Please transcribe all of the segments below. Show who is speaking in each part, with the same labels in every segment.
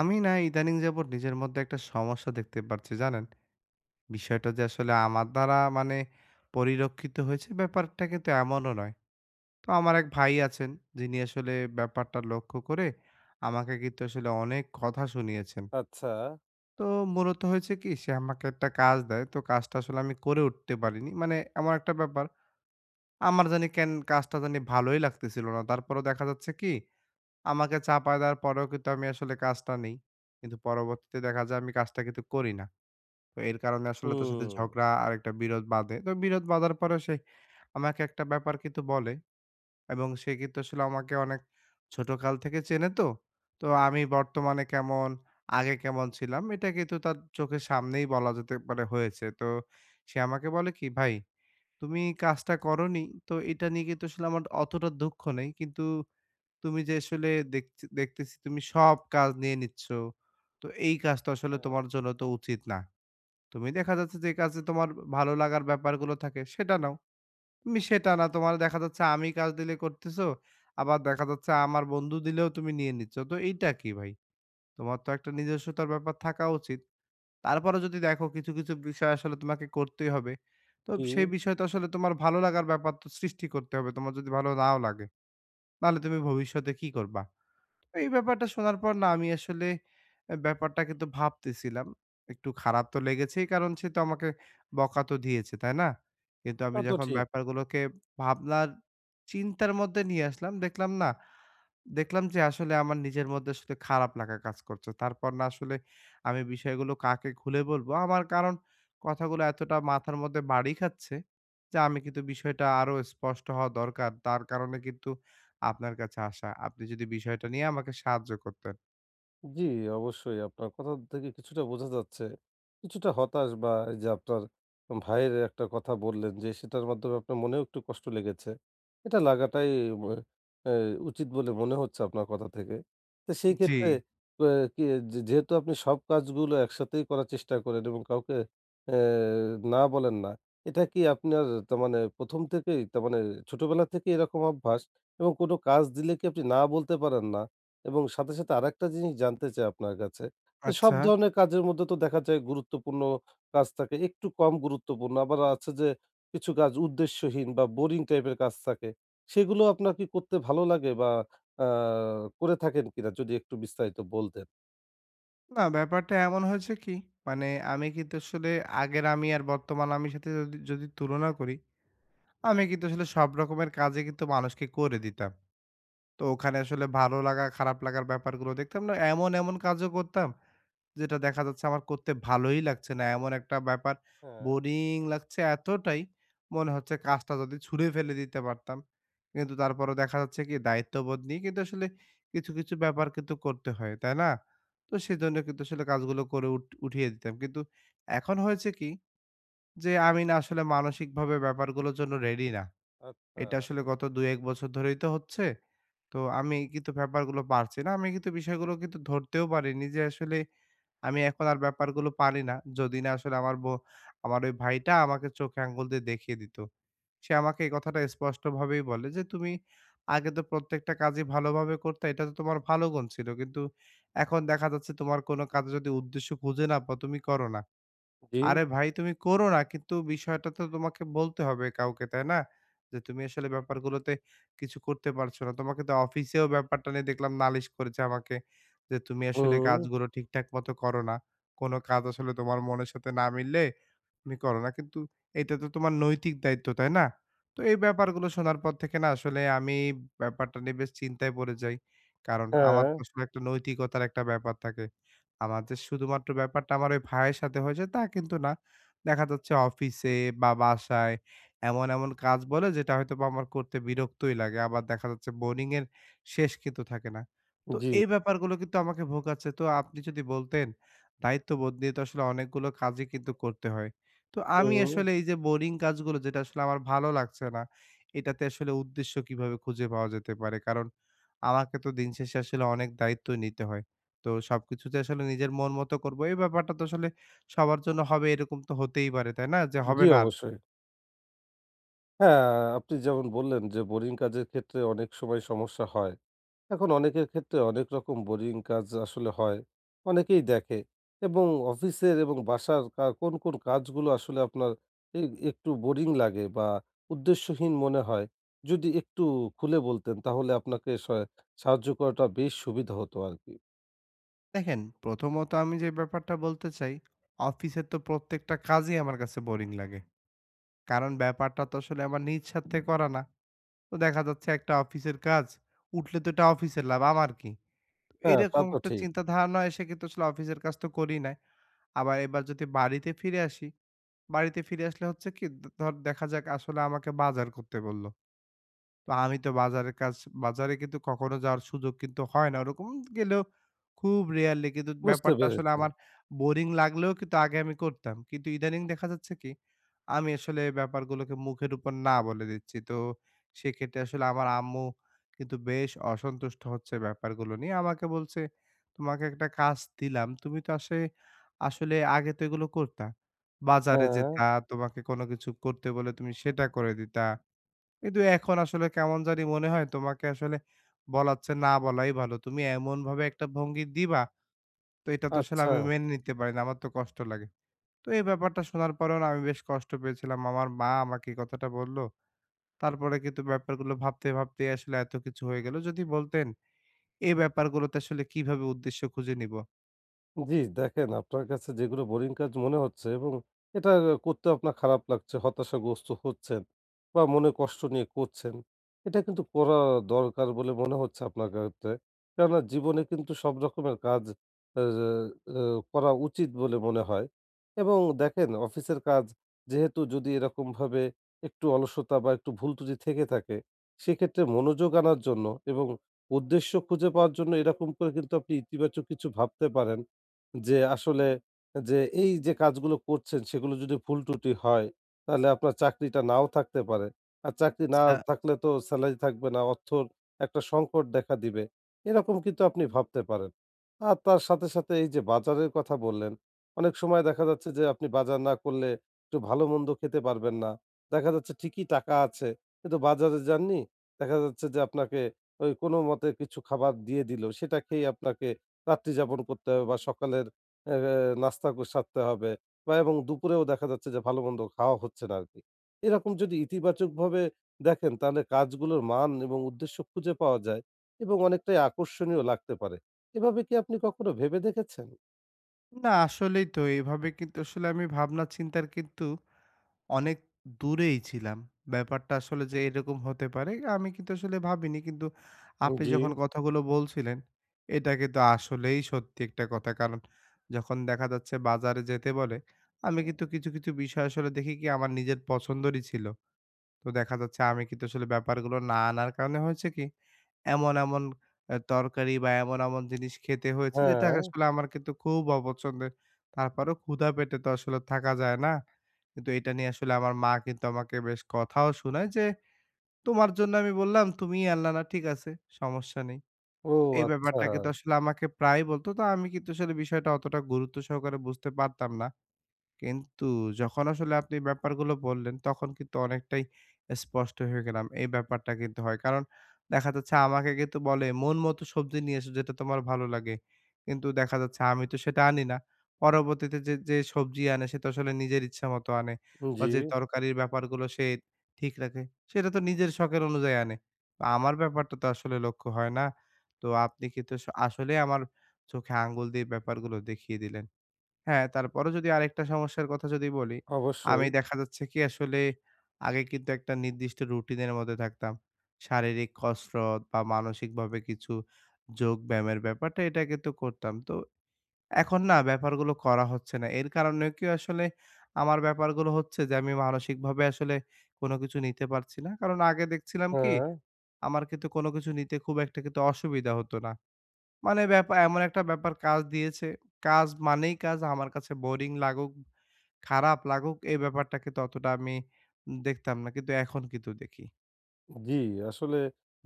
Speaker 1: আমি না ইদানিং যাবৎ নিজের মধ্যে একটা সমস্যা দেখতে পারছি জানেন? বিষয়টা যে আসলে আমার দ্বারা মানে পরিলক্ষিত হয়েছে ব্যাপারটা কিন্তু এমনও নয়। তো আমার এক ভাই আছেন যিনি আসলে ব্যাপারটা লক্ষ্য করে আমাকে কিন্তু আসলে অনেক কথা শুনিয়েছেন।
Speaker 2: আচ্ছা।
Speaker 1: তো মূলত হয়েছে কি, সে আমাকে একটা কাজ দেয়। তো কাজটা আসলে আমি করে উঠতে পারিনি। মানে এমন একটা ব্যাপার, আমার জানি কেন কাজটা জানি ভালোই লাগতেছিল না। তারপরেও দেখা যাচ্ছে কি, আমাকে চাপায় দেওয়ার পরেও কিন্তু আমি আসলে কাজটা নেই। কিন্তু পরবর্তীতে দেখা যায় আমি কাজটা কিন্তু করি না। তো এর কারণে আসলে তার সাথে
Speaker 2: হুম।
Speaker 1: ঝগড়া আর একটা বিরোধ বাধে। তো বিরোধ বাঁধার পরেও সে আমাকে একটা ব্যাপার কিন্তু বলে, এবং সে কিন্তু আসলে আমাকে অনেক ছোটকাল থেকে চেনে তো। তো আমি বর্তমানে কেমন, আগে কেমন ছিলাম এটা কিন্তু তার চোখের সামনেই বলা যেতে পারে হয়েছে। তো সে আমাকে বলে কি, "ভাই, তুমি কাজটা করোনি, তো এটা নিয়ে কিন্তু আসলে আমার অতটা দুঃখ নেই। কিন্তু তুমি যে আসলে দেখছি দেখতেছি তুমি সব কাজ নিয়ে নিচ্ছ। তো এই কাজটা আসলে
Speaker 2: হ্যাঁ।
Speaker 1: তোমার জন্য তো উচিত না। তুমি দেখা যাচ্ছে যে কাজে তোমার ভালো লাগার ব্যাপারগুলো থাকে সেটা নাও। তুমি সেটা না, তোমার দেখা যাচ্ছে আমি কাজ দিলে করতেছো, আবার দেখা যাচ্ছে আমার বন্ধু দিলেও তুমি নিয়ে নিচ্ছ। তো এইটা কি ভাই? তোমার তো একটা নিজস্বতার ব্যাপার থাকা উচিত। তারপরে যদি দেখো কিছু, কিছু বিষয় আসলে তোমাকে করতেই হবে। তো
Speaker 2: জি,
Speaker 1: সেই বিষয়টা আসলে তোমার ভালো লাগার ব্যাপার তো সৃষ্টি করতে হবে। তোমার যদি ভালো নাও লাগে, তাহলে তুমি ভবিষ্যতে কি করবা?" তো এই ব্যাপারটা শোনার পর না আমি আসলে ব্যাপারটা কিন্তু ভাবতেছিলাম। একটু খারাপ তো লেগেছেই, কারণ সে তো আমাকে বকা তো দিয়েছে, তাই না? কিন্তু
Speaker 2: তা
Speaker 1: আমি
Speaker 2: তো
Speaker 1: যখন
Speaker 2: ঠিক।
Speaker 1: ব্যাপারগুলোকে ভাবনার চিন্তার মধ্যে নিয়ে আসলাম, দেখলাম যে আসলে আমার নিজের মধ্যে আসলে খারাপ লাগা কাজ করছে। তারপর না আসলে আমি বিষয়গুলো কাকে খুলে বলবো? আমার কারণ কথাগুলো এতটা মাথার মধ্যে বাড়ি খাচ্ছে যে আমি কিন্তু বিষয়টা আরো স্পষ্ট হওয়া দরকার। তার কারণে কিন্তু আপনার কাছে আসা। আপনি যদি বিষয়টা নিয়ে আমাকে সাহায্য করতেন।
Speaker 2: জি, অবশ্যই আপনার কথা থেকে কিছুটা বোঝা যাচ্ছে। কিছুটা হতাশ বা এই যে আপনার ভাইয়ের একটা কথা বললেন যে সেটার মাধ্যমে আপনার মনেও একটু কষ্ট লেগেছে। এটা লাগাটাই ব এ উচিত বলে মনে হচ্ছে আপনার কথা থেকে। তো সেই
Speaker 1: জি,
Speaker 2: ক্ষেত্রে অ্যা কি যেহেতু আপনি সব কাজগুলো একসাথেই করার চেষ্টা করেন এবং কাউকে অ্যা না বলেন না। এটা কি আপনার তার মানে ১ম থেকেই তার মানে ছোটবেলা থেকেই এরকম অভ্যাস এবং কোনো কাজ দিলে কি আপনি না বলতে পারেন না? এবং সাথে, সাথে আরেকটা জিনিস জানতে চাই আপনার কাছে যে, সব
Speaker 1: আচ্ছা।
Speaker 2: ধরনের কাজের মধ্যে তো দেখা যায় গুরুত্বপূর্ণ কাজ থাকে, একটু কম গুরুত্বপূর্ণ। আবার আছে যে, কিছু কাজ উদ্দেশ্যহীন বা বোরিং টাইপের কাজ থাকে। সেগুলো আপনার কি করতে ভালো লাগে বা আ করে থাকেন কিনা? যদি একটু বিস্তারিত বলতেন।
Speaker 1: না, ব্যাপারটা এমন হয়েছে কি, মানে আমি কিন্তু আসলে আগের আমি আর বর্তমান আমির সাথে যদি যদি তুলনা করি, আমি কিন্তু আসলে সব রকমের কাজই কিন্তু মানুষকে করে দিতাম। তো ওখানে আসলে ভালো লাগা, খারাপ লাগার ব্যাপারগুলো দেখতাম না। এমন, এমন কাজও করতাম যেটা দেখা যাচ্ছে আমার করতে ভালোই লাগছে না। এমন একটা ব্যাপার,
Speaker 2: হ্যাঁ,
Speaker 1: বোরিং লাগছে এতটাই, মনে হচ্ছে কাজটা যদি ছুঁড়ে ফেলে দিতে পারতাম। কিন্তু তারপরেও দেখা যাচ্ছে কি, দায়িত্ববোধ নিয়ে কিন্তু আসলে কিছু, কিছু ব্যাপার কিন্তু করতে হয়, তাই না? তো সেজন্য কিন্তু আসলে কাজগুলো করে উঠিয়ে দিতাম। কিন্তু এখন হয়েছে কি, যে আমি না আসলে মানসিকভাবে ব্যাপারগুলোর জন্য রেডি না।
Speaker 2: আচ্ছা।
Speaker 1: এটা আসলে গত ২-১ বছর ধরেই তো হচ্ছে। তো আমি কিন্তু ব্যাপারগুলো পারছি না। আমি কিন্তু বিষয়গুলো কিন্তু ধরতেও পারিনি যে আসলে আমি এখন আর ব্যাপারগুলো পারি না। যদি না আসলে আমার ওই ভাইটা আমাকে চোখে আঙ্গুল দিয়ে দেখিয়ে দিত। সে আমাকে এই কথাটা স্পষ্টভাবেই বলে যে, "তুমি আগে তো প্রত্যেকটা কাজই ভালোভাবে করতে। এটা তো তোমার ভালো গুণ ছিল। কিন্তু এখন দেখা যাচ্ছে তোমার কোনো কাজে যদি উদ্দেশ্য খুঁজে না পাও, তুমি করো না।"
Speaker 2: জি,
Speaker 1: আরে ভাই, তুমি করো না। কিন্তু বিষয়টা তো তোমাকে বলতে হবে কাউকে, তাই না? যে তুমি আসলে ব্যাপারগুলোতে কিছু করতে পারছো না। তোমাকে তো অফিসেও ব্যাপারটা নিয়ে দেখলাম নালিশ করেছে আমাকে যে, "তুমি আসলে
Speaker 2: হুম,
Speaker 1: কাজগুলো ঠিকঠাক মতো করো না। কোনো কাজ আসলে তোমার মনের সাথে না মিললে তুমি করো না।" কিন্তু এটা তো তোমার নৈতিক দায়িত্ব, তাই না? তো এই ব্যাপারগুলো শোনার পর থেকে না আসলে আমি ব্যাপারটা নিয়ে বেশ চিন্তায় পড়ে যাই। কারণ
Speaker 2: হ্যাঁ,
Speaker 1: আমার তো আসলে একটা নৈতিকতার একটা ব্যাপার থাকে। আমার যে শুধুমাত্র ব্যাপারটা আমার ওই ভাইয়ের সাথে হয়েছে তা কিন্তু না। দেখা যাচ্ছে অফিসে বা বাসায় এমন, এমন কাজ বলে যেটা হয়তোবা আমার করতে বিরক্তই লাগে। আবার দেখা যাচ্ছে বোরিং এর শেষ কিন্তু থাকে না। তো
Speaker 2: জি,
Speaker 1: এই ব্যাপারগুলো কিন্তু আমাকে ভোগাচ্ছে। তো আপনি যদি বলতেন, দায়িত্ববোধ নিয়ে তো আসলে অনেকগুলো কাজই কিন্তু করতে হয়। তো আমি
Speaker 2: হুম,
Speaker 1: আসলে এই যে বোরিং কাজগুলো যেটা আসলে আমার ভালো লাগছে না, এটাতে আসলে উদ্দেশ্য কিভাবে খুঁজে পাওয়া যেতে পারে? কারণ আমাকে তো দিন শেষে আসলে অনেক দায়িত্ব নিতে হয়। তো সবকিছু যে আসলে নিজের মন মতো করবো এই ব্যাপারটা তো আসলে সবার জন্য হবে এরকম তো হতেই পারে, তাই না? যে
Speaker 2: জি,
Speaker 1: হবে না আর।
Speaker 2: অবশ্যই। হ্যাঁ, আপনি যেমন বললেন যে, বোরিং কাজের ক্ষেত্রে অনেক সময় সমস্যা হয়। এখন অনেকের ক্ষেত্রে অনেক রকম বোরিং কাজ আসলে হয়। অনেকেই দেখে এবং অফিসের এবং বাসার কোন, কোন কাজগুলো আসলে আপনার এ একটু বোরিং লাগে বা উদ্দেশ্যহীন মনে হয়, যদি একটু খুলে বলতেন তাহলে আপনাকে সাহায্য করাটা বেশ সুবিধা হতো আরকি।
Speaker 1: দেখেন, প্রথমত আমি যে ব্যাপারটা বলতে চাই, অফিসের তো প্রত্যেকটা কাজই আমার কাছে বোরিং লাগে। কারণ ব্যাপারটা তো আসলে আমার নিজ স্বার্থে করা না। তো দেখা যাচ্ছে একটা অফিসের কাজ, উঠলে তো এটা অফিসের লাভ, আমার কি?
Speaker 2: হ্যাঁ, তা
Speaker 1: এরকম
Speaker 2: তো
Speaker 1: একটা
Speaker 2: ঠিক।
Speaker 1: চিন্তা ধারণা এসে কিন্তু আসলে অফিসের কাজ তো করি নাই। আবার এবার যদি বাড়িতে ফিরে আসি, বাড়িতে ফিরে আসলে হচ্ছে কি, ধর দেখা যাক আসলে আমাকে বাজার করতে বলল। তো আমি তো বাজারের কাজ, বাজারে কিন্তু কখনো যাওয়ার সুযোগ কিন্তু হয় না। ওরকম গেলেও খুব রেয়ারলি কিন্তু
Speaker 2: বুঝতে
Speaker 1: ব্যাপারটা আসলে
Speaker 2: পেরেছি।
Speaker 1: আমার বোরিং লাগলেও কিন্তু আগে আমি করতাম। কিন্তু ইদানিং দেখা যাচ্ছে কি, আমি আসলে ব্যাপারগুলোকে মুখের উপর না বলে দিচ্ছি। তো সেক্ষেত্রে আসলে আমার আম্মু কিন্তু বেশ অসন্তুষ্ট হচ্ছে ব্যাপারগুলো নিয়ে। আমাকে বলছে, "তোমাকে একটা কাজ দিলাম। তুমি তো আসলে আগে তো এগুলো করতা। বাজারে
Speaker 2: হ্যাঁ,
Speaker 1: যেতা, তোমাকে কোনো কিছু করতে বলে তুমি সেটা করে দিতা। কিন্তু এখন আসলে কেমন জানি মনে হয় তোমাকে আসলে বলার চেয়ে না বলাই ভালো। তুমি এমনভাবে একটা ভঙ্গি দিবা, তো এটা তো আসলে
Speaker 2: আচ্ছা।
Speaker 1: আমি মেনে নিতে পারি না। আমার তো কষ্ট লাগে।" তো এই ব্যাপারটা শোনার পরেও না আমি বেশ কষ্ট পেয়েছিলাম। আমার মা আমাকে এই কথাটা বলল। তারপরে কিন্তু ব্যাপারগুলো ভাবতে, ভাবতেই আসলে এত কিছু হয়ে গেল। যদি বলতেন এই ব্যাপারগুলোতে আসলে কিভাবে উদ্দেশ্য খুঁজে নিব?
Speaker 2: জি, দেখেন আপনার কাছে যেগুলো বোরিং কাজ মনে হচ্ছে এবং এটা করতে আপনার খারাপ লাগছে, হতাশাগ্রস্ত হচ্ছেন বা মনে কষ্ট নিয়ে করছেন। এটা কিন্তু করা দরকার বলে মনে হচ্ছে আপনার কাছে। কেননা জীবনে কিন্তু সব রকমের কাজ আ আ করা উচিত বলে মনে হয়। এবং দেখেন অফিসের কাজ যেহেতু যদি এরকমভাবে একটু অলসতা বা একটু ভুল ত্রুটি থেকে থাকে, সেক্ষেত্রে মনোযোগ আনার জন্য এবং উদ্দেশ্য খুঁজে পাওয়ার জন্য এরকম করে কিন্তু আপনি ইতিবাচক কিছু ভাবতে পারেন। যে আসলে যে এই যে কাজগুলো করছেন সেগুলো যদি ভুল ত্রুটি হয় তাহলে আপনার চাকরিটা নাও থাকতে পারে। আর চাকরি না
Speaker 1: আচ্ছা।
Speaker 2: থাকলে তো স্যালারি থাকবে না, অর্থর একটা সংকট দেখা দিবে। এরকম কিন্তু আপনি ভাবতে পারেন। আর তার সাথে, সাথে এই যে বাজারের কথা বললেন, অনেক সময় দেখা যাচ্ছে যে আপনি বাজার না করলে একটু ভালো মন্দ খেতে পারবেন না। দেখা যাচ্ছে ঠিকই টাকা আছে কিন্তু বাজারে যাননি। দেখা যাচ্ছে যে আপনাকে ওই কোনোমতে কিছু খাবার দিয়ে দিল সেটা খেয়ে আপনাকে রাত্রি যাপন করতে হবে বা সকালে এ নাস্তা সারতে হবে বা এবং দুপুরেও দেখা যাচ্ছে যে ভালো-মন্দ খাওয়া হচ্ছে না আরকি। এরকম যদি ইতিবাচকভাবে দেখেন তাহলে কাজগুলোর মান এবং উদ্দেশ্য খুঁজে পাওয়া যায় এবং অনেকটাই আকর্ষণীয় লাগতে পারে। এভাবে কি আপনি কখনো ভেবে দেখেছেন?
Speaker 1: না আসলেই তো এভাবে কিন্তু আসলে আমি ভাবনা চিন্তার কিন্তু অনেক দূরেই ছিলাম। ব্যাপারটা আসলে যে এরকম হতে পারে আমি কিন্তু আসলে ভাবিনি। কিন্তু আপনি
Speaker 2: জি।
Speaker 1: যখন কথাগুলো বলছিলেন, এটা কিন্তু আসলেই সত্যি একটা কথা। কারণ যখন দেখা যাচ্ছে বাজারে যেতে বলে, আমি কিন্তু কিছু, কিছু বিষয় আসলে দেখি কি আমার নিজের পছন্দেরই ছিল। তো দেখা যাচ্ছে আমি কিন্তু আসলে ব্যাপারগুলো না আনার কারণে হয়েছে কি, এমন, এমন তরকারি বা এমন, এমন জিনিস খেতে হয়েছে যেটা
Speaker 2: হ্যাঁ।
Speaker 1: আসলে আমার কিন্তু খুব অপছন্দের। তারপরেও ক্ষুধা পেটে তো আসলে থাকা যায় না। কিন্তু এটা নিয়ে আসলে আমার মা কিন্তু আমাকে বেশ কথাও শোনায় যে, "তোমার জন্য আমি বললাম, তুমিই আনলা না। ঠিক আছে, সমস্যা নেই।"
Speaker 2: ও
Speaker 1: তো এই
Speaker 2: আচ্ছা।
Speaker 1: ব্যাপারটা কিন্তু আসলে আমাকে প্রায়ই বলত। তো আমি কিন্তু আসলে বিষয়টা অতটা গুরুত্ব সহকারে বুঝতে পারতাম না। কিন্তু যখন আসলে আপনি ব্যাপারগুলো বললেন, তখন কিন্তু অনেকটাই স্পষ্ট হয়ে গেলাম। এই ব্যাপারটা কিন্তু হয়। কারণ দেখা যাচ্ছে আমাকে কিন্তু বলে, "মন মতো সবজি নিয়ে এসো যেটা তোমার ভালো লাগে।" কিন্তু দেখা যাচ্ছে আমি তো সেটা আনি না। পরবর্তীতে যে, যে সবজি আনে সে তো আসলে নিজের ইচ্ছা মতো আনে, বা
Speaker 2: জি,
Speaker 1: যে তরকারির ব্যাপারগুলো সে ঠিক রাখে, সেটা তো নিজের শখের অনুযায়ী আনে। তো আমার ব্যাপারটা তো আসলে লক্ষ্য হয় না। তো আপনি কিন্তু আসলেই আমার চোখে আঙ্গুল দিয়ে ব্যাপারগুলো দেখিয়ে দিলেন। হ্যাঁ, তারপরও যদি আরেকটা সমস্যার কথা যদি বলি,
Speaker 2: অবশ্যই।
Speaker 1: আমি দেখা যাচ্ছে কি আসলে আগে কিন্তু একটা নির্দিষ্ট রুটিনের মধ্যে থাকতাম। শারীরিক কসরত বা মানসিকভাবে কিছু যোগব্যায়ামের ব্যাপারটা এটা কিন্তু করতাম। তো এখন না ব্যাপারগুলো করা হচ্ছে না। এর কারণেও কি আসলে আমার ব্যাপারগুলো হচ্ছে যে আমি মানসিকভাবে আসলে কোনো কিছু নিতে পারছি না। কারণ আগে দেখছিলাম কি
Speaker 2: হ্যাঁ।
Speaker 1: আমার কিন্তু কোনো কিছু নিতে খুব একটা কিন্তু অসুবিধা হতো না। মানে এমন একটা ব্যাপার কাজ দিয়েছে। কাজ মানেই কাজ। আমার কাছে বোরিং লাগুক, খারাপ লাগুক, এই ব্যাপারটা কিন্তু অতটা আমি দেখতাম না। কিন্তু এখন কিন্তু দেখি।
Speaker 2: জি, আসলে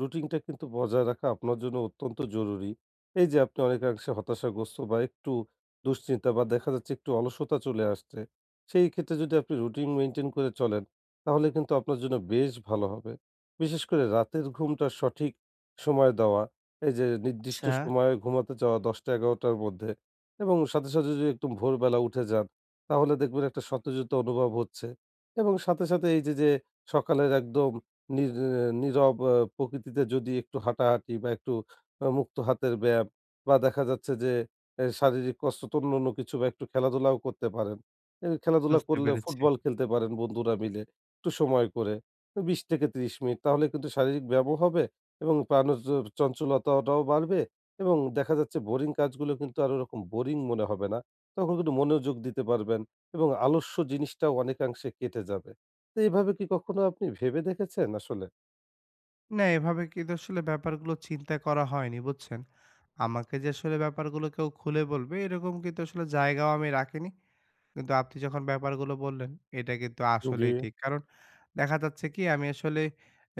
Speaker 2: রুটিনটা কিন্তু বজায় রাখা আপনার জন্য অত্যন্ত জরুরি। এই যে আপনি অনেকাংশে হতাশাগ্রস্ত বা একটু দুশ্চিন্তা বা দেখা যাচ্ছে একটু অলসতা চলে আসছে, সেই ক্ষেত্রে যদি আপনি রুটিন মেইনটেইন করে চলেন, তাহলে কিন্তু আপনার জন্য বেশ ভালো হবে। বিশেষ করে রাতের ঘুমটা সঠিক সময় দেওয়া, এই যে নির্দিষ্ট
Speaker 1: আচ্ছা,
Speaker 2: সময়ে ঘুমাতে যাওয়া ১০ঃ০০-১১ঃ০০ র মধ্যে এবং সাথে, সাথে যদি একদম ভোরবেলা উঠে যান, তাহলে দেখবেন একটা সতেজতা অনুভব হচ্ছে এবং সাথে, সাথে এই যে, যে সকালের একদম নির নীরব প্রকৃতিতে যদি একটু হাঁটাহাঁটি বা একটু মুক্ত হাতের ব্যায়াম বা দেখা যাচ্ছে যে শারীরিক কষ্ট তো অন্যান্য কিছু বা একটু খেলাধুলাও করতে পারেন। খেলাধুলা
Speaker 1: বুঝতে
Speaker 2: করলে
Speaker 1: পেরেছি।
Speaker 2: ফুটবল খেলতে পারেন বন্ধুরা মিলে একটু সময় করে। ২০ থেকে ৩০ মিনিট তাহলে কিন্তু শারীরিক ব্যায়ামও হবে এবং চঞ্চলতাটাও বাড়বে এবং দেখা যাচ্ছে বোরিং কাজগুলো কিন্তু আর ওরকম বোরিং মনে হবে না। তখন কিন্তু মনোযোগ দিতে পারবেন এবং আলস্য জিনিসটাও অনেকাংশে কেটে যাবে। তো এভাবে কি কখনো আপনি ভেবে দেখেছেন আসলে?
Speaker 1: না, এভাবে কিন্তু আসলে ব্যাপারগুলো চিন্তা করা হয়নি, বুঝছেন? আমাকে যে আসলে ব্যাপারগুলো কেউ খুলে বলবে এরকম কিন্তু আসলে জায়গাও আমি রাখিনি। কিন্তু আপনি যখন ব্যাপারগুলো বললেন, এটা কিন্তু
Speaker 2: জি।
Speaker 1: আসলেই ঠিক। কারণ দেখা যাচ্ছে কি আমি আসলে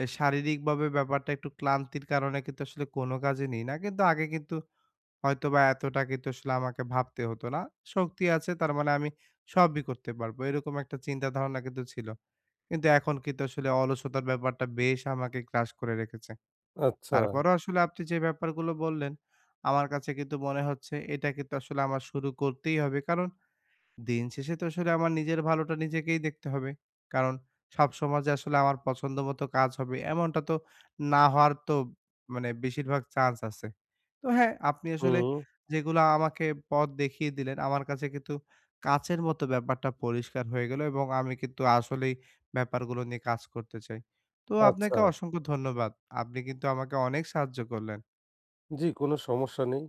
Speaker 1: শারীরিকভাবে ব্যাপারটা একটু ক্লান্তির কারণে কিন্তু আসলে কোনো কাজে নিই না। কিন্তু আগে কিন্তু হয়তোবা এতটা কিন্তু আসলে আমাকে ভাবতে হতো না। শক্তি আছে তার মানে আমি সবই করতে পারবো। এরকম একটা চিন্তা ধারণা কিন্তু ছিল। কিন্তু এখন কিন্তু আসলে অলসতার ব্যাপারটা বেশ আমাকে গ্রাস করে রেখেছে।
Speaker 2: আচ্ছা।
Speaker 1: তারপরও আসলে আপনি যে ব্যাপারগুলো বললেন, আমার কাছে কিন্তু মনে হচ্ছে এটা কিন্তু আসলে আমার শুরু করতেই হবে। কারণ দিন শেষে তো আসলে আমার নিজের ভালোটা নিজেকেই দেখতে হবে। কারণ সবসময় যে আসলে আমার পছন্দমতো কাজ হবে এমনটা তো না হওয়ার তো মানে বেশিরভাগ চান্স আছে। তো হ্যাঁ, আপনি আসলে
Speaker 2: হুম,
Speaker 1: যেগুলা আমাকে পথ দেখিয়ে দিলেন, আমার কাছে কিন্তু কাচের মতো ব্যাপারটা পরিষ্কার হয়ে গেল এবং আমি কিন্তু আসলেই ব্যাপারগুলো নিয়ে কাজ করতে চাই। তো
Speaker 2: আচ্ছা।
Speaker 1: আপনাকে অসংখ্য ধন্যবাদ। আপনি কিন্তু আমাকে অনেক সাহায্য করলেন।
Speaker 2: জি, কোনো সমস্যা নেই।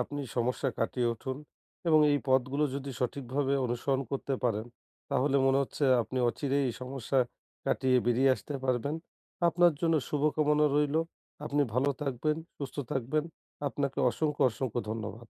Speaker 2: আপনি সমস্যা কাটিয়ে উঠুন এবং এই পথগুলো যদি সঠিকভাবে অনুসরণ করতে পারেন, তাহলে মনে হচ্ছে আপনি অচিরেই এই সমস্যা কাটিয়ে বেরিয়ে আসতে পারবেন। আপনার জন্য শুভকামনা রইল। আপনি ভালো থাকবেন, সুস্থ থাকবেন। আপনাকে অসংখ্য, অসংখ্য ধন্যবাদ।